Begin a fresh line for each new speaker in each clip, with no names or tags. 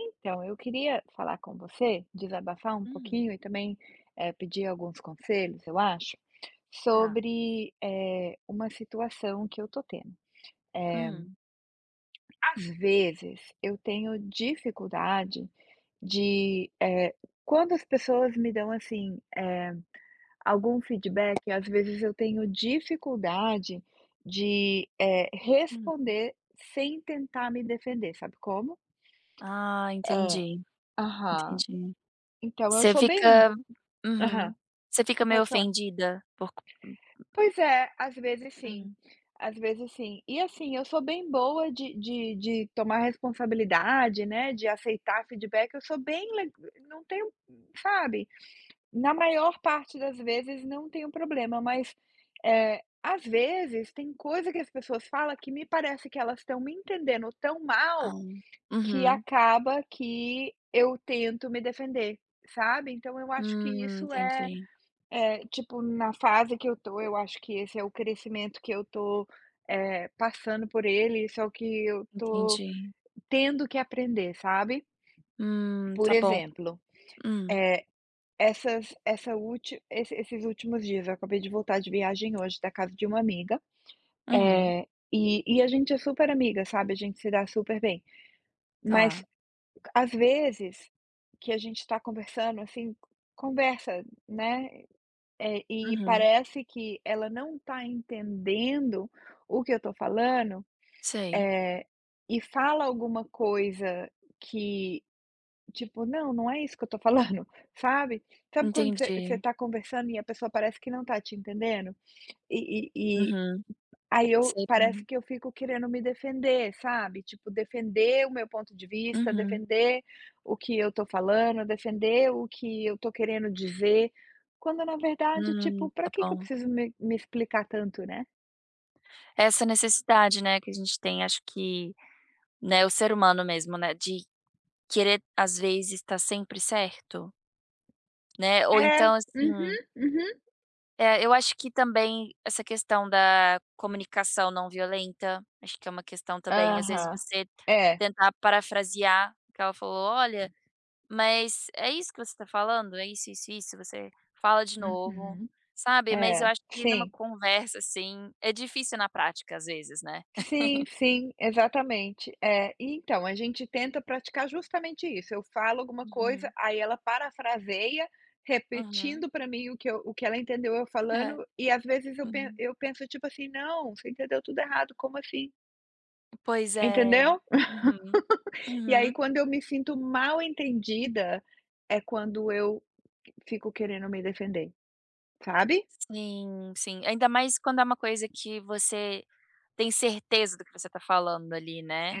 Então, eu queria falar com você, desabafar um
Uhum,
pouquinho e também pedir alguns conselhos, eu acho,
tá.
sobre uma situação que eu tô tendo.
Hum,
Às vezes, eu tenho dificuldade de, quando as pessoas me dão assim, algum feedback, às vezes eu tenho dificuldade de
hum.
responder sem tentar me defender, sabe como?
Ah,
É,
entendi,
aham.
entendi.
Então, eu
Você
sou bem.
fica
Aham,
uhum. Você fica meio
pode falar.
ofendida por co
Pois é, às vezes sim,
Uhum.
às vezes sim. E assim, eu sou bem boa de tomar responsabilidade, né, de aceitar feedback, eu sou bem le não tenho, sabe, na maior parte das vezes não tenho problema, mas, às vezes tem coisa que as pessoas falam que me parece que elas estão me entendendo tão
Ah,
mal, que
uhum.
acaba que eu tento me defender, sabe. Então eu acho que
Entendi,
é, tipo, na fase que eu tô, eu acho que esse é o crescimento que eu tô, passando por ele, isso é o que eu tô
entendi.
tendo que aprender, sabe. Por
Tá bom.
exemplo,
Hum,
essas essa ulti esse esses últimos dias, eu acabei de voltar de viagem hoje da casa de uma amiga,
uhum,
é e a gente é super amiga, sabe, a gente se dá super bem. Mas
tá.
às vezes que a gente tá conversando, assim, conversa, né. É, e
Uhum,
parece que ela não tá entendendo o que eu tô falando,
sei.
eh, e fala alguma coisa que, tipo: "Não, não é isso que eu tô falando", sabe? Sabe quando você
Entendi.
tá conversando e a pessoa parece que não tá te entendendo? E e
Uhum,
Aí eu
sei
parece
bem.
que eu fico querendo me defender, sabe, tipo, defender o meu ponto de vista,
Uhum.
defender o que eu tô falando, defender o que eu tô querendo dizer, quando na verdade, tipo, pra
Tá
que que eu
bom.
preciso me explicar tanto, né?
Essa necessidade, né, que a gente tem, né, o ser humano mesmo, né, de querer, às vezes, tá sempre certo, né, ou
É, uhum,
então, assim,
uhum.
eu acho que também essa questão da comunicação não violenta, acho que é uma questão também, às vezes
Aham.
você
É,
tentar parafrasear o que ela falou: "Olha, mas é isso que você está falando? É isso, isso, isso?" Você fala de novo,
uhum,
sabe, mas eu
é,
acho que numa
sim.
conversa, assim, é difícil na prática, às vezes, né.
Sim, sim, exatamente. É, e então, a gente tenta praticar justamente isso. Eu falo alguma coisa,
Uhum,
aí ela parafraseia,
uhum,
repetindo para mim o que eu, o que ela entendeu eu
é,
falando, e às vezes eu,
uhum.
eu penso tipo assim, não, você entendeu tudo errado, como assim?
Pois é.
Entendeu?
Uhum,
E aí,
uhum.
quando eu me sinto mal entendida, é quando eu fico querendo me defender, sabe?
Sim, sim. Ainda mais quando é uma coisa que você tem certeza do que você tá falando ali, né.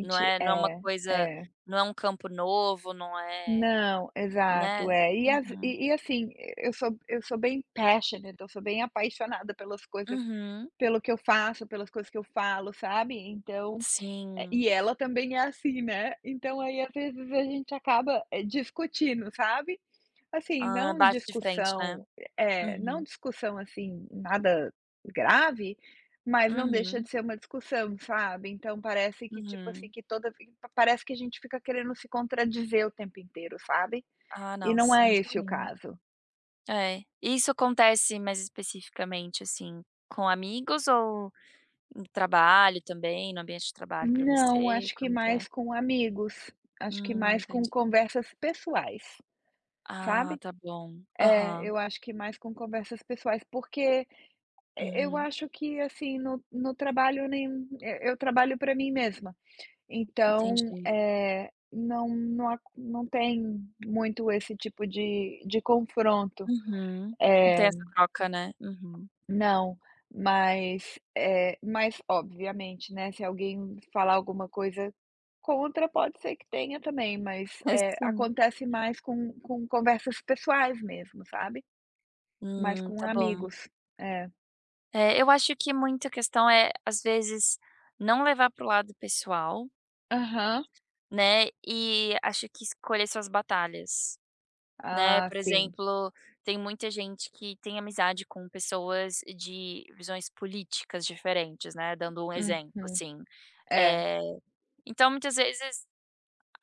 Não é não é uma
é,
coisa,
é.
não é um campo novo, não é,
Não,
né.
exato, é.
Uhum.
E assim, eu sou bem passionate, eu sou bem apaixonada pelas coisas,
Uhum.
pelo que eu faço, pelas coisas que eu falo, sabe. Então
Sim.
e ela também é assim, né. Então aí, às vezes, a gente acaba, discutindo, sabe. Assim,
Ah,
não
bate de frente, né.
discussão é, não
Uhum.
discussão, assim, nada grave, mas não deixa de
Uhum.
ser uma discussão, sabe. Então parece que, tipo assim,
Uhum.
que toda parece que a gente fica querendo se contradizer o tempo inteiro, sabe.
Ah,
E não
nossa,
é
muito
esse o
ruim.
caso.
É. Isso acontece mais especificamente, assim, com amigos ou no trabalho também, no ambiente de trabalho pra
Não,
você?
acho que
Como que é?
mais com amigos, acho que mais com
Entendi.
conversas pessoais,
Ah,
sabe.
tá bom.
É,
Aham.
eu acho que mais com conversas pessoais, porque e eu
Uhum.
acho que, assim, no trabalho nem eu trabalho para mim mesma, então,
Entendi.
é não a não tem muito esse tipo de confronto.
Uhum. Não tem essa troca, né. Uhum.
Não, mas, é mas obviamente, né, se alguém falar alguma coisa contra, pode ser que tenha também, mas, é
sim.
acontece mais com conversas pessoais mesmo, sabe? Mais com
Tá bom.
amigos. É.
É, eu acho que muita questão é, às vezes, não levar para o lado pessoal,
Aham.
né, e acho que escolher suas batalhas, né.
Ah,
Por
sim.
exemplo, tem muita gente que tem amizade com pessoas de visões políticas diferentes, né, dando um exemplo,
Uhum.
assim.
É.
Eh, então muitas vezes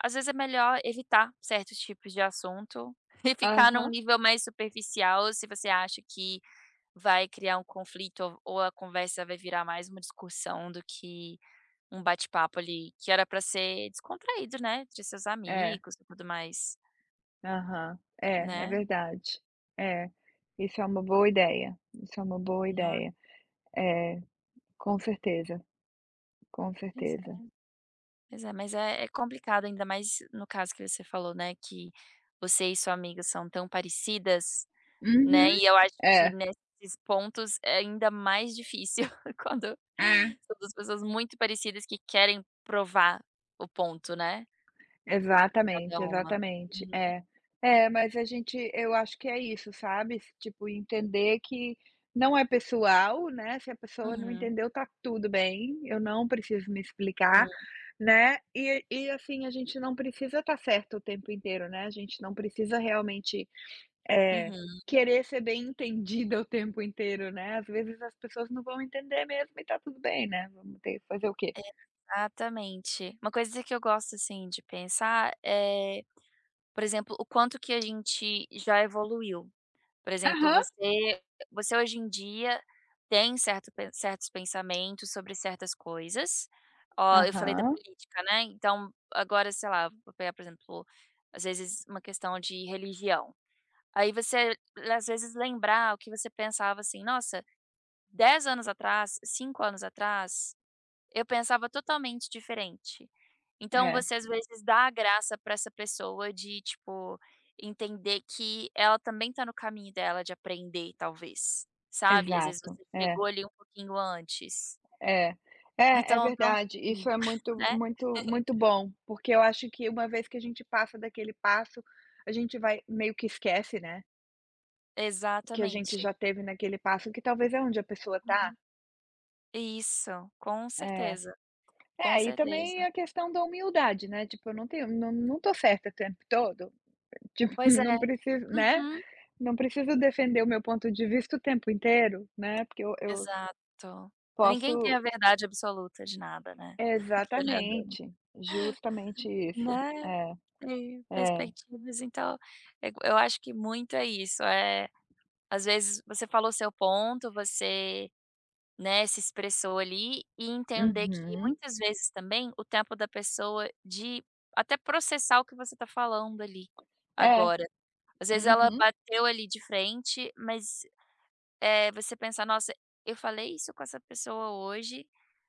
às vezes é melhor evitar certos tipos de assunto e ficar num
Aham.
nível mais superficial, se você acha que vai criar um conflito ou a conversa vai virar mais uma discussão do que um bate-papo ali, que era para ser descontraído, né, de seus
É.
amigos e tudo mais,
Aham. É, é
né.
verdade. É. Isso é uma boa ideia. Isso é uma boa
Não,
ideia. É, com certeza, com
pois
certeza.
é, pois é, mas é complicado, ainda mais no caso que você falou, né, que você e sua amiga são tão parecidas. Né,
Uhum.
e eu acho que
É.
nesses pontos é ainda mais difícil quando são 2 pessoas muito parecidas que querem provar o ponto, né, cada
Exatamente,
uma.
exatamente. É. É, mas a gente eu acho que é isso, sabe, s tipo, entender que não é pessoal, né, se a pessoa não
Uhum,
entendeu, tá tudo bem, eu não preciso me explicar,
uhum,
né, e assim, a gente não precisa estar certo o tempo inteiro, né, a gente não precisa realmente, eh,
uhum,
querer ser bem entendida o tempo inteiro, né, às vezes as pessoas não vão entender mesmo e tá tudo bem, né, vamos ter que fazer o quê?
exatamente. Uma coisa que eu gosto, assim, de pensar é, por exemplo, o quanto que a gente já evoluiu. Por exemplo,
Aham,
você hoje em dia tem certos pensamentos sobre certas coisas. Ó, eu falei da
aham.
política, né, então agora, sei lá, vou pegar, por exemplo, às vezes uma questão de religião. Aí você, às vezes, lembrar o que você pensava assim: "Nossa, 10 anos atrás, 5 anos atrás, eu pensava totalmente diferente. Então
É,
você às vezes dá a graça para essa pessoa de, tipo, entender que ela também tá no caminho dela de aprender talvez, sabe. Às vezes
exato,
você
é.
chegou ali um pouquinho antes,
É. É, é
então dá um
verdade.
tempinho,
Isso é muito
né.
muito muito bom, porque eu acho que uma vez que a gente passa daquele passo, a gente vai meio que esquece, né, que a gente
Exatamente.
já teve naquele passo, que talvez é onde a pessoa tá.
Uhum. Isso, com
É.
certeza, com
É, e
certeza.
também a questão da humildade, né, tipo, eu não tenho não tô certa o tempo todo, tipo,
Pois é.
não preciso, né,
Uhum.
não preciso defender o meu ponto de vista o tempo inteiro, né, porque eu
Exato. Ninguém tem
posso
a verdade absoluta de nada, né, querendo,
exatamente, justamente isso.
né.
É,
É,
é.
perspectivas, então, eu acho que muito é isso, é às vezes você falou seu ponto, você, né, se expressou ali, e entender que
Uhum.
muitas vezes também o tempo da pessoa de até processar o que você está falando ali,
É.
agora. Às vezes ela
Uhum.
bateu ali de frente, mas você pensar: "Nossa, eu falei isso com essa pessoa hoje,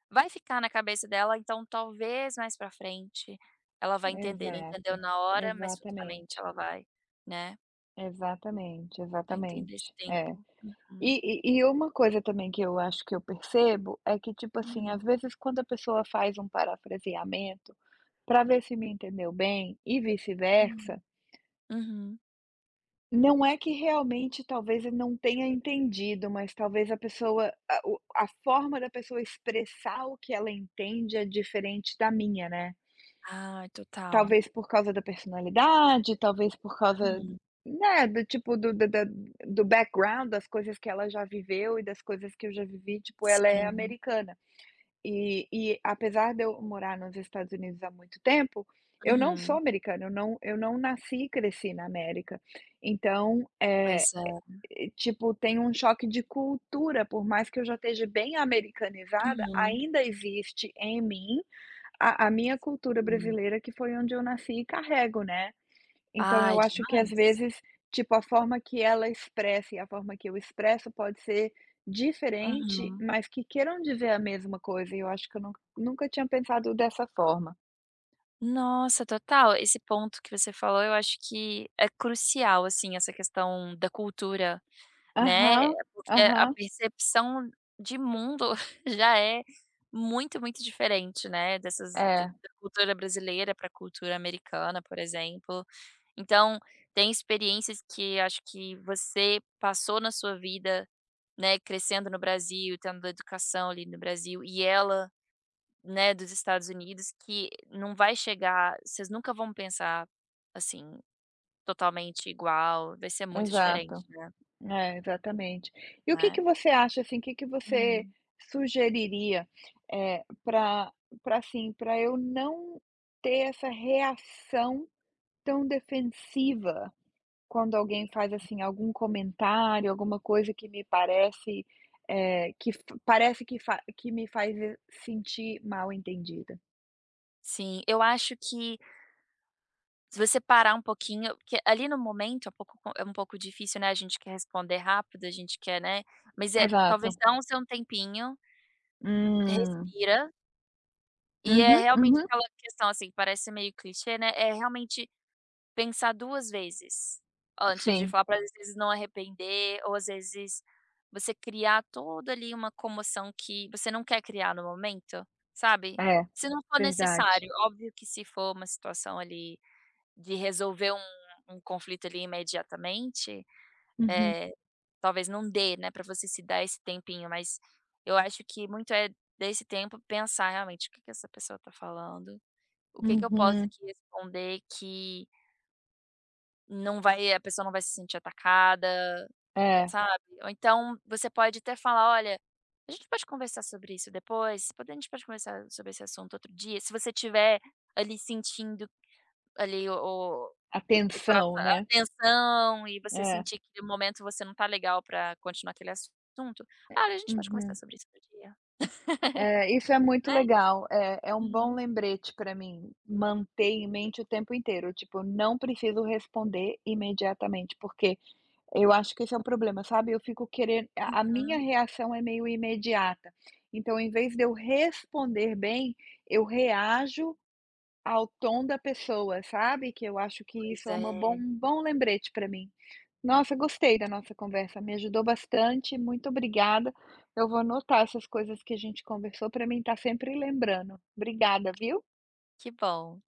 vai ficar na cabeça dela, então talvez mais pra frente ela vai entender". Não entendeu
Exato.
na hora, mas futuramente
Exatamente.
ela vai, né,
Exatamente,
vai entender esse
exatamente. É.
tempo. Uhum.
E e uma coisa também que eu acho que eu percebo é que, tipo assim,
Uhum,
às vezes quando a pessoa faz um parafraseamento para ver se me entendeu bem e
uhum,
vice-versa,
uhum.
não é que realmente talvez eu não tenha entendido, mas talvez a forma da pessoa expressar o que ela entende é diferente da minha, né.
Ai, total.
Talvez por causa da personalidade, talvez por causa,
Uhum.
né, do tipo do da da do background, das coisas que ela já viveu e das coisas que eu já vivi, tipo, ela é
Sim.
americana. E apesar de eu morar nos Estados Unidos há muito tempo, eu não sou
Uhum.
americana, eu não nasci e cresci na América. Então,
Pois é.
tipo, tem um choque de cultura, por mais que eu já esteja bem americanizada,
Uhum.
ainda existe em mim a minha cultura
Hum.
brasileira, que foi onde eu nasci e carrego, né. Então
Ai,
eu acho que às
demais.
vezes, tipo, a forma que ela expressa e a forma que eu expresso pode ser diferente,
Uhum.
mas que queiram dizer a mesma coisa, e eu acho que eu nunca tinha pensado dessa forma.
Nossa, total. Esse ponto que você falou, eu acho que é crucial, assim, essa questão da cultura, né,
Aham,
porque a
aham.
percepção de mundo já é muito, muito diferente, né, dessas de
É,
da cultura brasileira para a cultura americana, por exemplo. Então, tem experiências que acho que você passou na sua vida, né, crescendo no Brasil, tendo educação ali no Brasil, e ela, né, dos Estados Unidos, que não vai chegar, vocês nunca vão pensar, assim, totalmente igual, vai ser muito diferente,
exato.
né,
É, exatamente. E o que que
né.
você acha, assim, o que que você
Hum.
sugeriria, é para para assim, para eu não ter essa reação tão defensiva quando alguém faz, assim, algum comentário, alguma coisa que me parece, que f parece que fa que me faz sentir mal entendida.
Sim, eu acho que se você parar um pouquinho, porque ali no momento é um pouco co é um pouco difícil, né, a gente quer responder rápido, a gente quer, né, mas
Exato.
talvez dá um seu um tempinho,
Hum.
respira, e é
Uhum,
realmente
uhum.
aquela questão, assim, parece meio clichê, né, é realmente pensar 2 vezes antes de
Sim,
falar, para às vezes não arrepender ou às vezes você criar toda ali uma comoção que você não quer criar no momento, sabe.
é,
Se não for
verdade.
necessário, óbvio que se for uma situação ali de resolver um conflito ali imediatamente,
Uhum,
eh, talvez não dê, né, para você se dar esse tempinho, mas eu acho que muito é desse tempo pensar realmente: "O que que essa pessoa tá falando? O que que eu posso
uhum.
aqui responder que" Não vai, a pessoa não vai se sentir atacada,
É,
sabe. Ou então você pode até falar: "Olha, a gente pode conversar sobre isso depois? Pode A gente pode conversar sobre esse assunto outro dia?". Se você tiver ali sentindo ali o o coração,
atenção
a
né.
tensão, e você
É.
sentir que no momento você não tá legal pra continuar aquele assunto: "Olha, a gente pode conversar
Uhum.
sobre isso outro dia",
É, isso é muito
né.
legal, é é um bom
Uhum,
lembrete para mim, manter em mente o tempo inteiro, tipo, não preciso responder imediatamente, porque eu acho que esse é um problema, sabe, eu fico querendo. A minha
uhum.
reação é meio imediata, então em vez de eu responder bem, eu reajo ao tom da pessoa, sabe, que eu acho que
Pois
isso é
é,
uma bom um bom lembrete para mim. Nossa, gostei da nossa conversa, me ajudou bastante, muito obrigada. Eu vou anotar essas coisas que a gente conversou para mim estar sempre lembrando. Obrigada, viu.
que bom.